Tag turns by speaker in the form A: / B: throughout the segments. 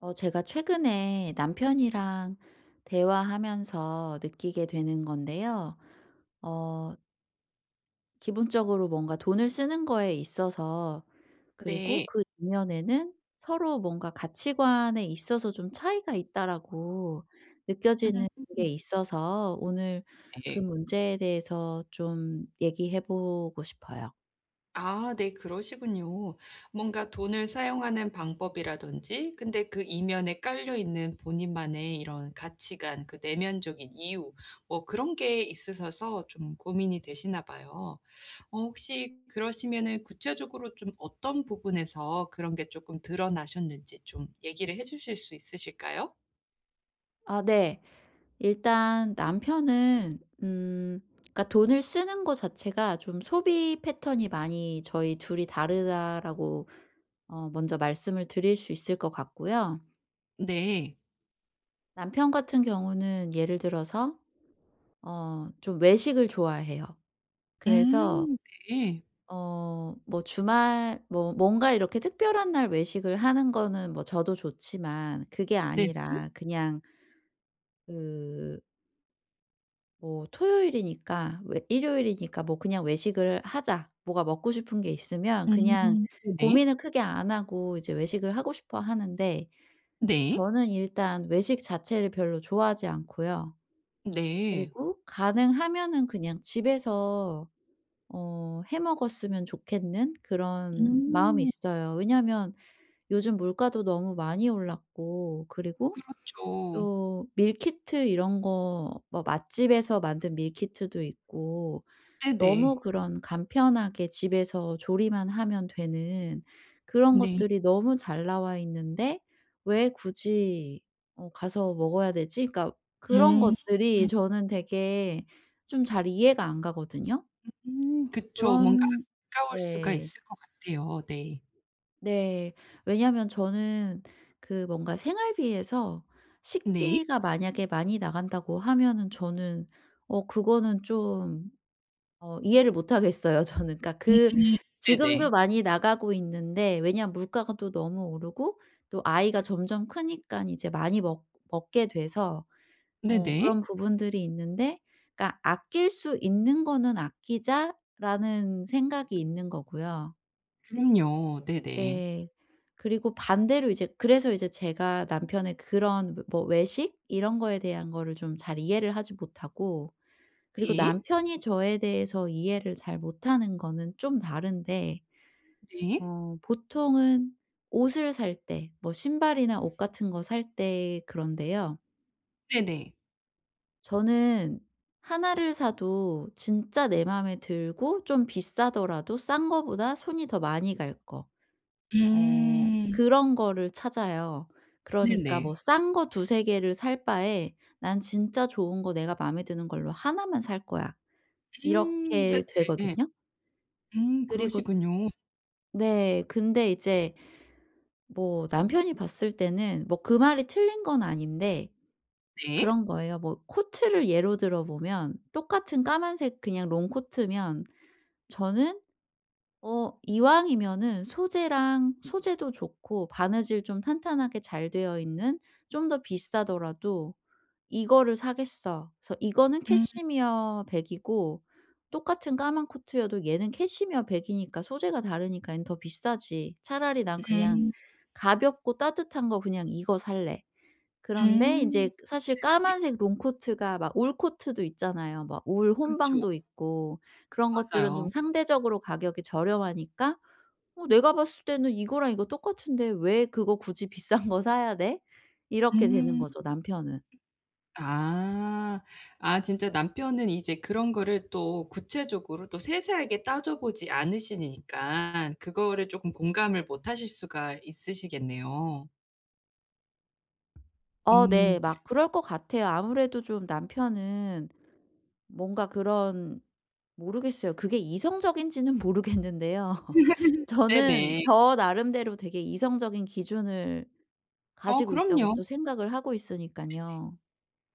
A: 제가 최근에 남편이랑 대화하면서 느끼게 되는 건데요. 어 기본적으로 뭔가 돈을 쓰는 거에 있어서, 그리고
B: 네.
A: 그 이면에는 서로 뭔가 가치관에 있어서 좀 차이가 있다라고 느껴지는 게
B: 음.
A: 있어서 오늘 그
B: 네.
A: 문제에 대해서 좀 얘기해 보고 싶어요.
B: 아, 네, 그러시군요. 뭔가 돈을 사용하는 방법이라든지, 근데 그 이면에 깔려 있는 본인만의 이런 가치관, 그 내면적인 이유 뭐 그런 게 있으셔서 좀 고민이 되시나 봐요. 어 혹시 그러시면은 구체적으로 좀 어떤 부분에서 그런 게 조금 드러나셨는지 좀 얘기를 해 주실 수 있으실까요?
A: 아 네. 일단 남편은 그러니까 돈을 쓰는 거 자체가 좀 소비 패턴이 많이 저희 둘이 다르다라고 먼저 말씀을 드릴 수 있을 것 같고요.
B: 네.
A: 남편 같은 경우는 예를 들어서 좀 외식을 좋아해요. 그래서
B: 음 네.
A: 어 뭐 주말 뭐 뭔가 이렇게 특별한 날 외식을 하는 거는 뭐 저도 좋지만 그게
B: 네네.
A: 아니라 그냥 그 뭐 토요일이니까 왜 일요일이니까 뭐 그냥 외식을 하자. 뭐가 먹고 싶은 게 있으면 그냥
B: 네네.
A: 고민을 크게 안 하고 이제 외식을 하고 싶어 하는데,
B: 네.
A: 저는 일단 외식 자체를 별로 좋아하지 않고요.
B: 네.
A: 그리고 가능하면은 그냥 집에서 어 해 먹었으면 좋겠는 그런 마음이
B: 음
A: 있어요. 왜냐하면 요즘 물가도 너무 많이 올랐고, 그리고
B: 그렇죠.
A: 또 밀키트 이런 거 뭐 맛집에서 만든 밀키트도 있고 너무
B: 네네.
A: 그런 간편하게 집에서 조리만 하면 되는 그런
B: 네.
A: 것들이 너무 잘 나와 있는데 '왜 굳이 가서 먹어야 되지?' 그러니까 그런
B: 음.
A: 것들이 저는 되게 좀 잘 이해가 안 가거든요.
B: 그쵸. 뭔가
A: 그런
B: 아까울 수가
A: 네.
B: 있을 것 같아요. 네.
A: 네. 왜냐하면 저는 그 뭔가 생활비에서
B: 네.
A: 식비가 만약에 많이 나간다고 하면은, 저는 그거는 좀 이해를 못 하겠어요 저는. 그러니까 그
B: 음음.
A: 지금도
B: 네네.
A: 많이 나가고 있는데, 왜냐하면 물가가 또 너무 오르고 또 아이가 점점 크니깐 이제 많이 먹 먹게 돼서 그런
B: 네네.
A: 부분들이 있는데 그러니까 '아낄 수 있는 거는 아끼자.'라는 생각이 있는 거고요.
B: 그럼요. 네네.
A: 네. 그리고 반대로 이제 그래서 이제 제가 남편의 그런 뭐 뭐 외식 이런 거에 대한 거를 좀 잘 이해를 하지 못하고, 그리고
B: 네.
A: 남편이 저에 대해서 이해를 잘 못하는 거는 좀 다른데,
B: 네.
A: 보통은 옷을 살 때 뭐 신발이나 옷 같은 거 살 때 그런데요.
B: 네네.
A: 저는 하나를 사도 진짜 내 마음에 들고 좀 비싸더라도 싼 거보다 손이 더 많이 갈 거
B: 음.
A: 그런 거를 찾아요. 그러니까 뭐
B: 네네.
A: 싼 거 두세 개를 살 바에 '난 진짜 좋은 거 내가 마음에 드는 걸로 하나만 살 거야.' 이렇게
B: 네네.
A: 되거든요. 그리고
B: 그러시군요.
A: 네. 근데 이제 뭐 남편이 봤을 때는 뭐 그 말이 틀린 건 아닌데
B: 네.
A: 그런 거예요. 뭐 코트를 예로 들어 보면 똑같은 까만색 그냥 롱코트면 저는 이왕이면은 소재랑 소재도 좋고 바느질 좀 탄탄하게 잘 되어 있는 좀 더 비싸더라도 '이거를 사겠어.' 그래서 이거는 캐시미어 백이고 똑같은 까만 코트여도 얘는 캐시미어 백이니까 소재가 다르니까 얘는 더 비싸지. 차라리 '난 그냥
B: 음음.
A: 가볍고 따뜻한 거 그냥 이거 살래.' 그런데 이
B: 음
A: 제 사실
B: 네.
A: 까만색 롱코트가 막 울 코트도 있잖아요. 막 울
B: 그렇죠.
A: 혼방도 있고 그런 것들은 좀
B: 맞아요.
A: 상대적으로 가격이 저렴하니까 내가 봤을 때는 '이거랑 이거 똑같은데 왜 그거 굳이 비싼 거 사야 돼?' 이렇게 되는
B: 음.
A: 거죠 남편은.
B: 아. 아 진짜 남편은 이제 그런 거를 또 구체적으로 또 세세하게 따져 보지 않으시니까 그거를 쪼끔 공감을 못 하실 수가 있으시겠네요.
A: 어 네.
B: 음.
A: 막 그럴 것 같아요. 아무래도 좀 남편은 뭔가 그런 모르겠어요. 그게 이성적인지는 모르겠는데요. 저는
B: 네네.
A: 저 나름대로 되게 이성적인 기준을
B: 어
A: 가지고 있다고
B: 그럼요.
A: 또 생각을 하고 있으니까요.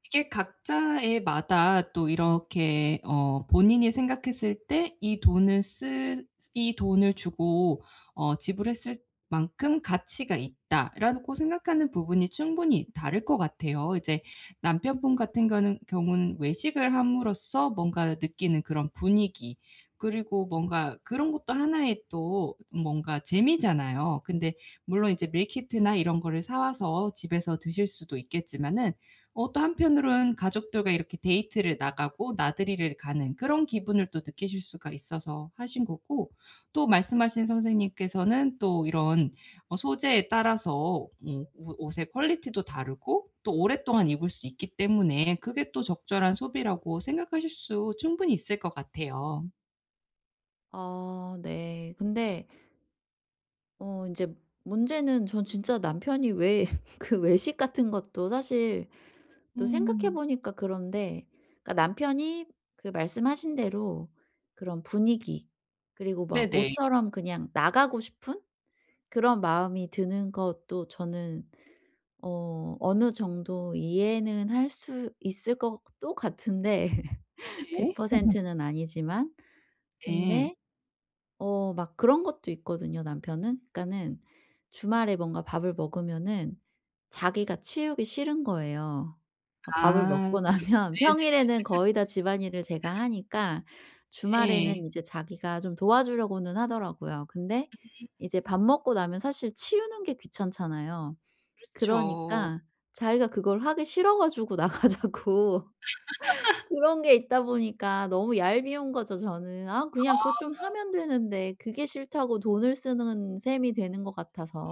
B: 이게 각자의 마다 또 이렇게 어 본인이 생각했을 때 이 돈을 쓸, 이 돈을 주고 어 지불했을 만큼 가치가 있다라고 생각하는 부분이 충분히 다를 것 같아요. 이제 남편분 같은 거는 경우는 외식을 함으로써 뭔가 느끼는 그런 분위기, 그리고 뭔가 그런 것도 하나의 또 뭔가 재미잖아요. 근데 물론 이제 밀키트나 이런 거를 사 와서 집에서 드실 수도 있겠지만은 어 또 한편으로는 가족들과 이렇게 데이트를 나가고 나들이를 가는 그런 기분을 또 느끼실 수가 있어서 하신 거고, 또 말씀하신 선생님께서는 또 이런 어 소재에 따라서, 옷 옷의 퀄리티도 다르고 또 오랫동안 입을 수 있기 때문에 그게 또 적절한 소비라고 생각하실 수 충분히 있을 것 같아요.
A: 아 네. 근데 이제 문제는 전 진짜 남편이 왜 그 외식 같은 것도 사실 또 생각해
B: 음.
A: 보니까 그런데 그러니까 남편이 그 말씀하신 대로 그런 분위기, 그리고 막
B: 네네.
A: 모처럼 그냥 나가고 싶은 그런 마음이 드는 것도 저는 어느 정도 이해는 할 수 있을 것도 같은데 백
B: 네.
A: 퍼센트는 아니지만.
B: 네.
A: 근데 막 그런 것도 있거든요 남편은. 그러니까는 주말에 뭔가 밥을 먹으면은 자기가 치우기 싫은 거예요. 밥을 먹고
B: 아 좀.
A: 나면 평일에는 거의 다 집안일을 제가 하니까 주말에는
B: 네네.
A: 이제 자기가 좀 도와주려고는 하더라고요. 근데 이제 밥 먹고 나면 사실 치우는 게 귀찮잖아요.
B: 그렇죠.
A: 그러니까 자기가 그걸 하기 싫어 가지고 나가자고, 그런 게 있다 보니까 너무 얄미운 거죠 저는. 아 그냥 그것 좀 하면 되는데 그게 싫다고 돈을 쓰는 셈이 되는 것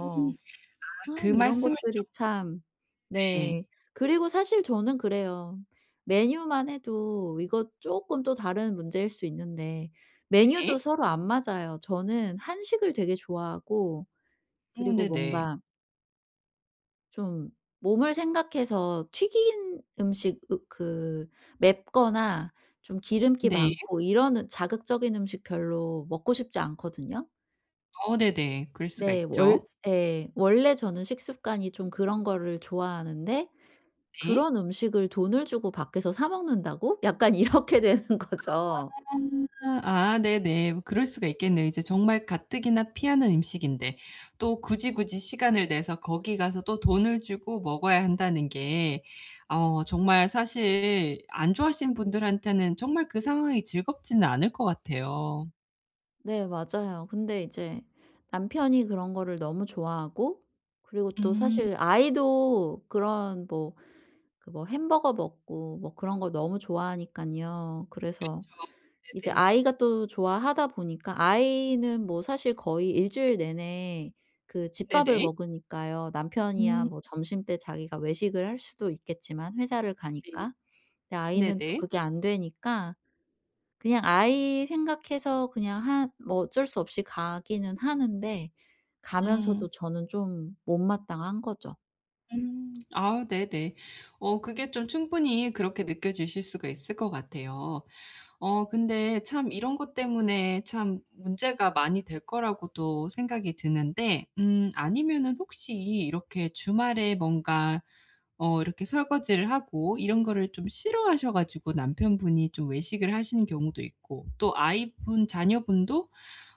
B: 음. 아
A: 아
B: 그
A: 이런
B: 말씀을 좀.
A: 것들이 참 네.
B: 네.
A: 그리고 사실 저는 그래요. 메뉴만 해도 이거 쪼끔 또 다른 문제일 수 있는데, 메뉴도
B: 네.
A: 서로 안 맞아요. 저는 한식을 되게 좋아하고,
B: 어
A: 그리고
B: 네네.
A: 뭔가 좀 몸을 생각해서 튀긴 음식 으 그 맵거나 좀 기름기
B: 네.
A: 많고 이런 자극적인 음식 별로 먹고 싶지 않거든요.
B: 어 네네. 그럴 수가
A: 네. 월
B: 있죠.
A: 예. 원래 저는 식습관이 좀 그런 거를 좋아하는데
B: 네.
A: 그런 음식을 돈을 주고 밖에서 사 먹는다고? 약간 이렇게 되는 거죠.
B: 아. 아 네네. 뭐 그럴 수가 있겠네요. 이제 정말 가뜩이나 피하는 음식인데 또 굳이 시간을 내서 거기 가서 또 돈을 주고 먹어야 한다는 게 어 정말 사실 안 좋아하시는 분들한테는 정말 그 상황이 즐겁지는 않을 것 같아요.
A: 네 맞아요. 근데 이제 남편이 그런 거를 너무 좋아하고, 그리고 또
B: 음.
A: 사실 아이도 그런 뭐 그 뭐 햄버거 먹고 뭐 그런 걸 너무 좋아하니까요. 그래서
B: 그쵸.
A: 이제
B: 네네.
A: 아이가 또 좋아하다 보니까 아이는 뭐 사실 거의 일주일 내내 그 집밥을
B: 네네.
A: 먹으니까요. 남편이야
B: 음.
A: 뭐 점심때 자기가 외식을 할 수도 있겠지만 회사를
B: 네.
A: 가니까. 근데 아이는 또
B: 네네.
A: 그게 안 되니까 그냥 아이 생각해서 그냥 한 뭐 어쩔 수 없이 가기는 하는데,
B: 음.
A: 가면서도 저는 좀 못마땅한 거죠.
B: 음. 아 네네. 어 그게 좀 충분히 그렇게 느껴지실 수가 있을 것 같아요. 어 근데 참 이런 것 때문에 참 문제가 많이 될 거라고도 생각이 드는데, 아니면은 혹시 이렇게 주말에 뭔가 어 이렇게 설거지를 하고 이런 거를 좀 싫어하셔 가지고 남편분이 좀 외식을 하시는 경우도 있고, 또 아이분 자녀분도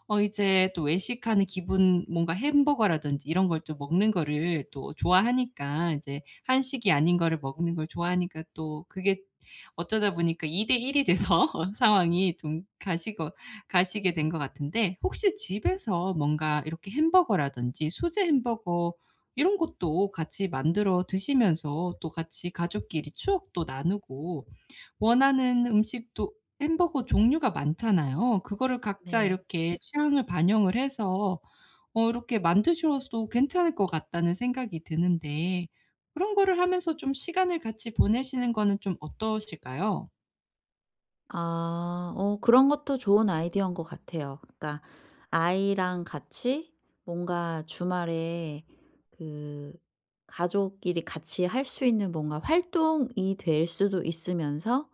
B: 어 이제 또 외식하는 기분, 뭔가 햄버거라든지 이런 걸 좀 먹는 거를 또 좋아하니까, 이제 한식이 아닌 거를 먹는 걸 좋아하니까 또 그게 어쩌다 보니까 2대 1이 돼서 상황이 좀 가시고 가시게 된 것 같은데, 혹시 집에서 뭔가 이렇게 햄버거라든지 소재 햄버거 이런 것도 같이 만들어 드시면서 또 같이 가족끼리 추억도 나누고, 원하는 음식도, 햄버거 종류가 많잖아요. 그거를 각자
A: 네.
B: 이렇게 취향을 반영을 해서 어 이렇게 만드셔도 괜찮을 것 같다는 생각이 드는데, 그런 거를 하면서 좀 시간을 같이 보내시는 거는 좀 어떠실까요?
A: 아. 그런 것도 좋은 아이디어인 것 같아요. 그러니까 아이랑 같이 뭔가 주말에 그 가족끼리 같이 할 수 있는 뭔가 활동이 될 수도 있으면서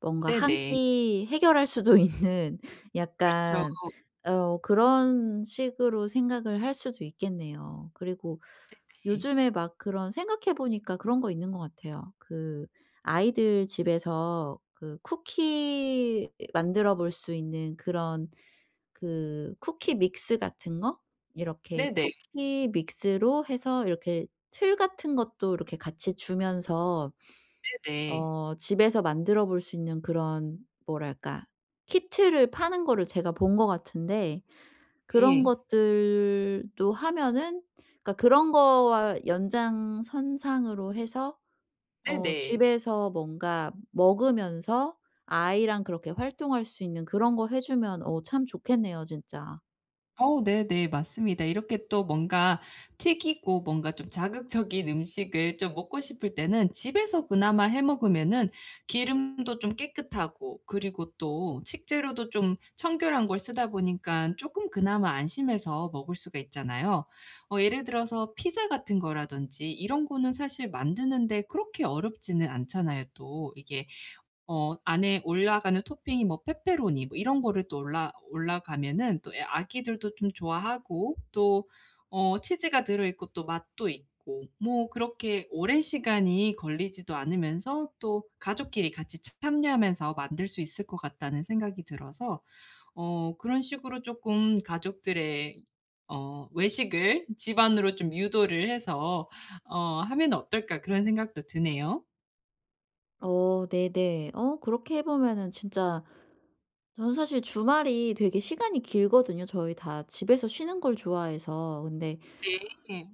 A: 뭔가 한
B: 네네.
A: 끼 해결할 수도 있는
B: 그렇죠.
A: 약간 그런 식으로 생각을 할 수도 있겠네요. 그리고
B: 네네.
A: 요즘에 막 그런 생각해 보니까 그런 거 있는 것 같아요. 그 아이들 집에서 그 쿠키 만들어 볼 수 있는 그런 그 쿠키 믹스 같은 거 이렇게
B: 네네.
A: 쿠키 믹스로 해서 이렇게 틀 같은 것도 이렇게 같이 주면서
B: 네네.
A: 집에서 만들어 볼 수 있는 그런, 뭐랄까, 키트를 파는 거를 제가 본 것 같은데 그런
B: 네.
A: 것들도 하면은, 그러니까 그런 거와 연장선상으로 해서
B: 네네.
A: 집에서 뭔가 먹으면서 아이랑 그렇게 활동할 수 있는 그런 거 해 주면 어 참 좋겠네요 진짜.
B: 어 네네. 맞습니다. 이렇게 또 뭔가 튀기고 뭔가 좀 자극적인 음식을 좀 먹고 싶을 때는 집에서 그나마 해 먹으면은 기름도 좀 깨끗하고, 그리고 또 식재료도 좀 청결한 걸 쓰다 보니깐 쪼끔 그나마 안심해서 먹을 수가 있잖아요. 어 예를 들어서 피자 같은 거라든지 이런 거는 사실 만드는데 그렇게 어렵지는 않잖아요 또. 이게 어 안에 올라가는 토핑이 뭐 페페로니 뭐 이런 거를 또 올라가면은 또 애 아기들도 좀 좋아하고, 또 어 치즈가 들어 있고 또 맛도 있고 뭐 그렇게 오랜 시간이 걸리지도 않으면서 또 가족끼리 같이 참 참여하면서 만들 수 있을 것 같다는 생각이 들어서 어 그런 식으로 쪼끔 가족들의 어 '외식을 집안으로 좀 유도를 해서 어 하면 어떨까.' 그런 생각도 드네요.
A: 어 네네. 그렇게 해 보면은 진짜 저는 사실 주말이 되게 시간이 길거든요. 저희 다 집에서 쉬는 걸 좋아해서. 근데
B: 네.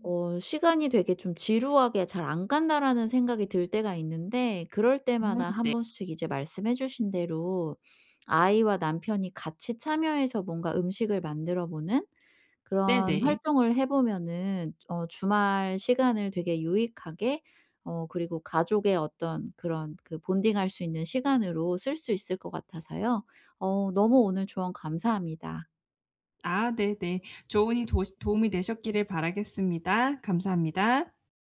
A: '시간이 되게 좀 지루하게 잘 안 간다.'라는 생각이 들 때가 있는데, 그럴
B: 어
A: 때마다 한
B: 네.
A: 번씩 이제 말씀해 주신 대로 아이와 남편이 같이 참여해서 뭔가 음식을 만들어 보는 그런
B: 네네.
A: 활동을 해 보면은 주말 시간을 되게 유익하게 그리고 가족의 어떤 그런 그 본딩할 수 있는 시간으로 쓸 수 있을 것 같아서요. 너무 오늘 조언 감사합니다.
B: 아 네네. 조언이 도 도움이 되셨기를 바라겠습니다. 감사합니다.